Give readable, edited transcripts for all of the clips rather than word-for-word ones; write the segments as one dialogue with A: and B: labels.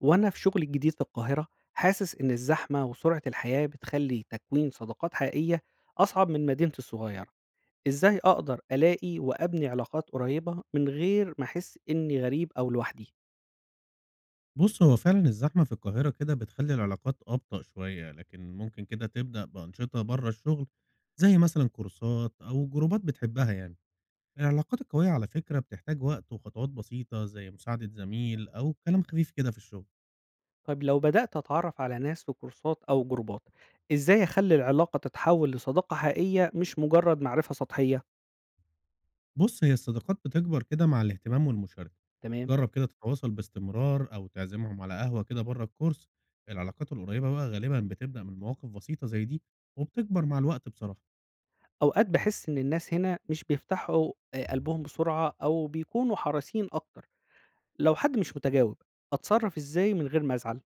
A: وأنا في شغلي الجديد في القاهرة حاسس إن الزحمة وسرعة الحياة بتخلي تكوين صداقات حقيقية أصعب من مدينتي الصغيرة، إزاي أقدر ألاقي وأبني علاقات قريبة من غير ما أحس إني غريب أو لوحدي؟
B: بُص، هو فعلًا الزحمة في القاهرة كده بتخلّي العلاقات أبطأ شوية، لكن ممكن كده تبدأ بأنشطة برّه الشغل، زي مثلًا كورسات أو جروبات بتحبها يعني. العلاقات القوية على فكرة بتحتاج وقت وخطوات بسيطة، زي مساعدة زميل أو كلام خفيف كده في الشغل.
A: طيب لو بدأت أتعرف على ناس في كورسات أو جروبات، إزاي أخلي العلاقة تتحول لصداقة حقيقية مش مجرد معرفة سطحية؟
B: بُص، هي الصداقات بتكبر كده مع الاهتمام والمشاركة.
A: تمام؟
B: جرّب كده تتواصل باستمرار أو تعزمهم على قهوة كده برّه الكورس. العلاقات القريبة بقى غالبًا بتبدأ من مواقف بسيطة زي دي، وبتكبر مع الوقت بصراحة.
A: أوقات بحس إن الناس هنا مش بيفتحوا قلبهم بسرعة أو بيكونوا حريصين أكتر، لو حد مش متجاوب أتصرف إزاي من غير ما أزعل؟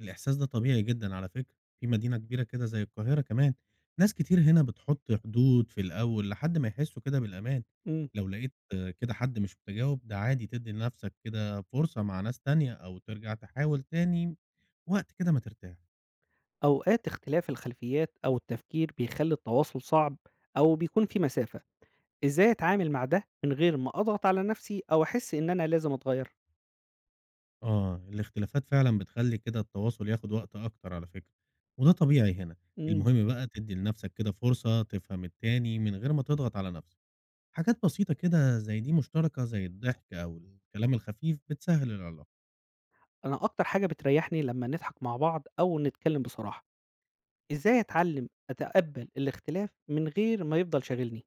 B: الإحساس ده طبيعي جدًا على فكرة، في مدينة كبيرة كده زي القاهرة كمان، ناس كتير هنا بتحط حدود في الأول لحد ما يحسّوا كده بالأمان.
A: إمم.
B: لو لقيت آه، كده حد مش متجاوب ده عادي تدّي لنفْسك كده فرصة مع ناس تانية أو ترجع تحاول تاني وقت كده ما ترتاح.
A: أوقات اختلاف الخلفيات أو التفكير بيخلّي التواصل صعب أو بيكون في مسافة، إزاي أتعامل مع ده من غير ما أضغط على نفسي أو أحس إن أنا لازم أتغيّر؟
B: آه، الاختلافات فعلًا بتخلّي كده التواصل ياخد وقت أكتر على فكرة، وده طبيعي هنا.
A: إمم.
B: المهم بقى تدّي لنفْسك كده فرصة تفهم التاني من غير ما تضغط على نفْسك. حاجات بسيطة كده زي دي مشتركة زي الضحك أو الكلام الخفيف بتسهل العلاقة.
A: أنا أكتر حاجة بتريّحني لمّا نضحك مع بعض أو نتكلّم بصراحة، إزاي أتعلّم أتقبّل الاختلاف من غير ما يفضل شاغلني؟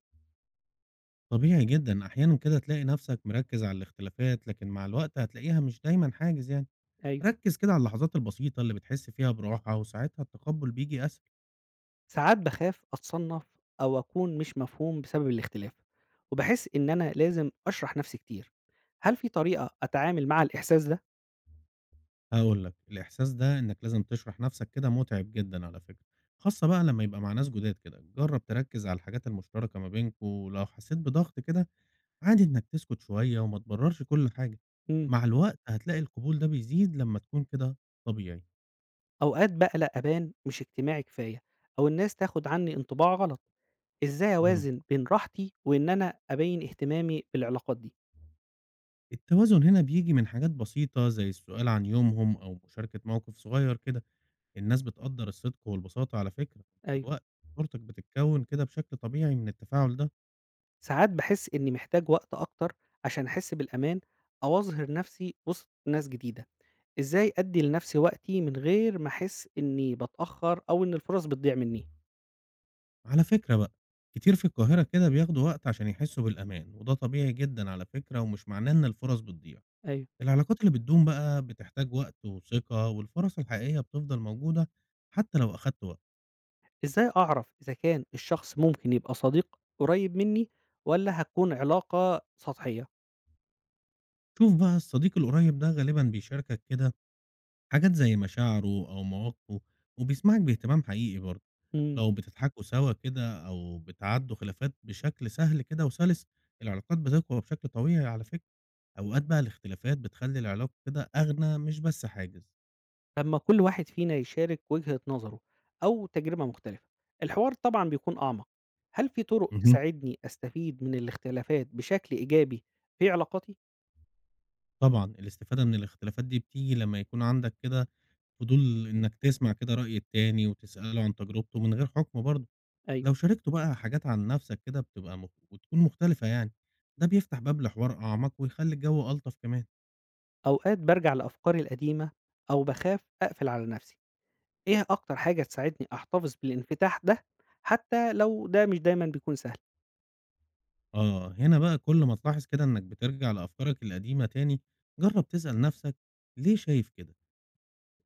B: طبيعي جدا أحيانا كده تلاقي نفسك مركز على الاختلافات، لكن مع الوقت هتلاقيها مش دايما حاجز يعني.
A: أيوه.
B: ركز كده على اللحظات البسيطة اللي بتحس فيها براحة وساعتها التقبل بيجي أسهل.
A: ساعات باخاف أتصنّف أو أكون مش مفهوم بسبب الاختلاف، وباحس إن أنا لازم أشرح نفسي كتير، هل في طريقة أتعامل مع الإحساس ده؟
B: هقولك الإحساس ده إنك لازم تشرح نفسك كده متعب جدا على فكرة، خاصة بقى لما يبقى مع ناس جداد كده. جرب تركز على الحاجات المشتركة ما بينكوا، ولو حسيت بضغط كده عادي إنك تسكت شوية وما تبررش كل حاجة.
A: إمم.
B: مع الوقت هتلاقي القبول ده بيزيد لمّا تكون كده طبيعي.
A: أوقات بقى لأ، أبان مش اجتماعي كفاية أو الناس تاخد عني انطباع غلط، إزاي
B: إمم.
A: أوازن بين راحتي وإن أنا أبيّن اهتمامي بالعلاقات دي؟
B: التوازن هنا بييجي من حاجات بسيطة زي السؤال عن يومهم أو مشاركة موقف صغير كده، الناس بتقدّر الصدق والبساطة على فكرة. مع
A: أيوه،
B: الوقت صورتك بتتكون كده بشكل طبيعي من التفاعل ده.
A: ساعات باحس إني محتاج وقت أكتر عشان أحس بالأمان أو أظهر نفسي وسط ناس جديدة، إزاي أدّي لنفسي وقتي من غير ما أحس إني باتأخر أو إن الفرص بتضيع منّي؟
B: على فكرة بقى، كتير في القاهرة كده بياخدوا وقت عشان يحسوا بالأمان، وده طبيعي جدًا على فكرة ومش معناه إن الفرص بتضيع.
A: أيوه،
B: العلاقات اللي بتدوم بقى بتحتاج وقت وثقة، والفرص الحقيقية بتفضل موجودة حتى لو أخدت وقت.
A: إزاي أعرف إذا كان الشخص ممكن يبقى صديق قريب منّي والّا هتكون علاقة سطحية؟
B: شوف بقى الصديق القريب ده غالبا بيشاركك كده حاجات زي مشاعره أو مواقفه، وبيسمعك باهتمام حقيقي برضه.
A: إمم.
B: لو بتضحكوا سوا كده أو بتعدوا خلافات بشكل سهل كده وسلس، العلاقات بتقوى بشكل طبيعي على فكرة. أوقات بقى الاختلافات بتخلي العلاقة كده أغنى، مش بس حاجز
A: لمّا كل واحد فينا يشارك وجهة نظره أو تجربة مختلفة، الحوار طبعًا بيكون أعمق. هل في طرق
B: مهم.
A: تساعدني أستفيد من الاختلافات بشكل إيجابي في علاقاتي؟
B: طبعا الاستفادة من الاختلافات دي بتيجي لما يكون عندك كده فضول إنك تسمع كده رأي التاني وتسأله عن تجربته من غير حكم برضه.
A: أيوه.
B: لو شاركته بقى حاجات عن نفسك كده بتبقى وتكون مختلفة يعني، ده بيفتح باب لحوار أعمق ويخلي الجو ألطف كمان.
A: أوقات بارجع لأفكاري القديمة أو باخاف أقفل على نفسي. إيه أكتر حاجة تساعدني أحتفظ بالانفتاح ده حتى لو ده مش دايمًا بيكون سهل؟
B: آه، هنا بقى كل ما تلاحظ كده إنك بترجع لأفكارك القديمة تاني، جرب تسأل نفسك ليه شايف كده؟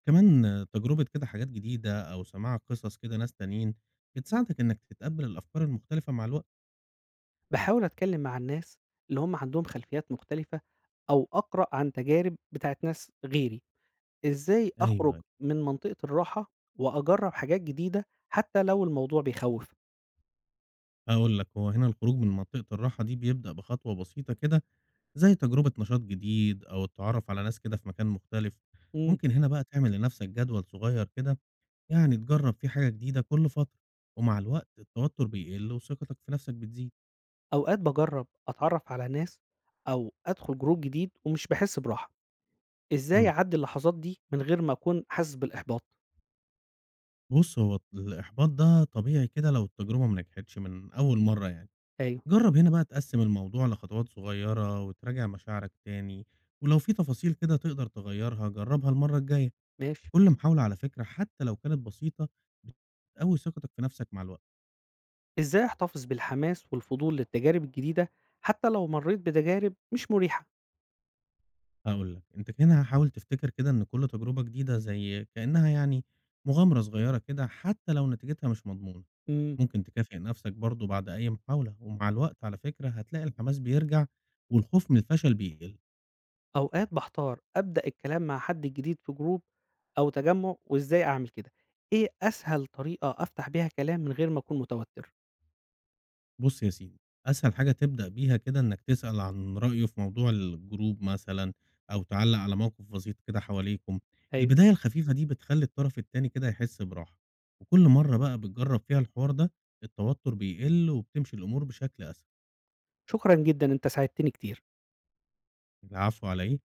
B: كمان آه، تجربة كده حاجات جديدة أو سماع قصص كده ناس تانيين بتساعدك إنك تتقبل الأفكار المختلفة مع الوقت.
A: باحاول أتكلم مع الناس اللي هم عندهم خلفيات مختلفة أو أقرأ عن تجارب بتاعة ناس غيري. إزاي
B: أيوه
A: أخرج
B: أيوة.
A: من منطقة الراحة وأجرّب حاجات جديدة حتى لو الموضوع بيخوّف؟
B: هقول لك، هو هنا الخروج من منطقة الراحة دي بيبدأ بخطوة بسيطة كده زي تجربة نشاط جديد أو التعرف على ناس كده في مكان مختلف.
A: إمم.
B: ممكن هنا بقى تعمل لنفسك جدول صغير كده، يعني تجرب فيه حاجة جديدة كل فترة، ومع الوقت التوتر بيقل وثقتك في نفسك بتزيد.
A: أوقات باجرّب أتعرّف على ناس أو أدخل group جديد ومش باحس براحة، إزاي
B: امم
A: أعدّي اللحظات دي من غير ما أكون حاسس بالإحباط؟
B: بص، هو الإحباط ده طبيعي كده لو التجربة ما نجحتش من أول مرة يعني.
A: أيوه،
B: جرب هنا بقى تقسم الموضوع لخطوات صغيرة وتراجع مشاعرك تاني، ولو في تفاصيل كده تقدر تغيرها جربها المرة الجاية.
A: ماشي.
B: كل محاولة على فكرة حتى لو كانت بسيطة بتقوي ثقتك في نفسك مع الوقت.
A: إزاي أحتفظ بالحماس والفضول للتجارب الجديدة حتى لو مرّيت بتجارب مش مُريحة؟
B: هاقول لك، أنت كده حاول تفتكر كده إن كل تجربة جديدة زي كأنها يعني مغامرة صغيرة كده، حتى لو نتيجتها مش مضمونة.
A: إمم.
B: ممكن تكافئ نفسك برضه بعد أي محاولة، ومع الوقت على فكرة هتلاقي الحماس بيرجع والخوف من الفشل بيقل.
A: أوقات باحتار أبدأ الكلام مع حد جديد في جروب أو تجمُّع وإزاي أعمل كده؟ إيه أسهل طريقة أفتح بيها كلام من غير ما أكون متوتر؟
B: بُص يا سيدي، أسهل حاجة تبدأ بيها كده إنك تسأل عن رأيه في موضوع الجروب مثلًا أو تعلّق على موقف بسيط كده حواليكم.
A: أيوه،
B: البداية الخفيفة دي بتخلّي الطرف التاني كده يحس براحة، وكل مرة بقى بتجرّب فيها الحوار ده التوتر بيقل وبتمشي الأمور بشكل أسهل.
A: شكرًا جدًا أنت ساعدتني كتير.
B: العفو على إيه؟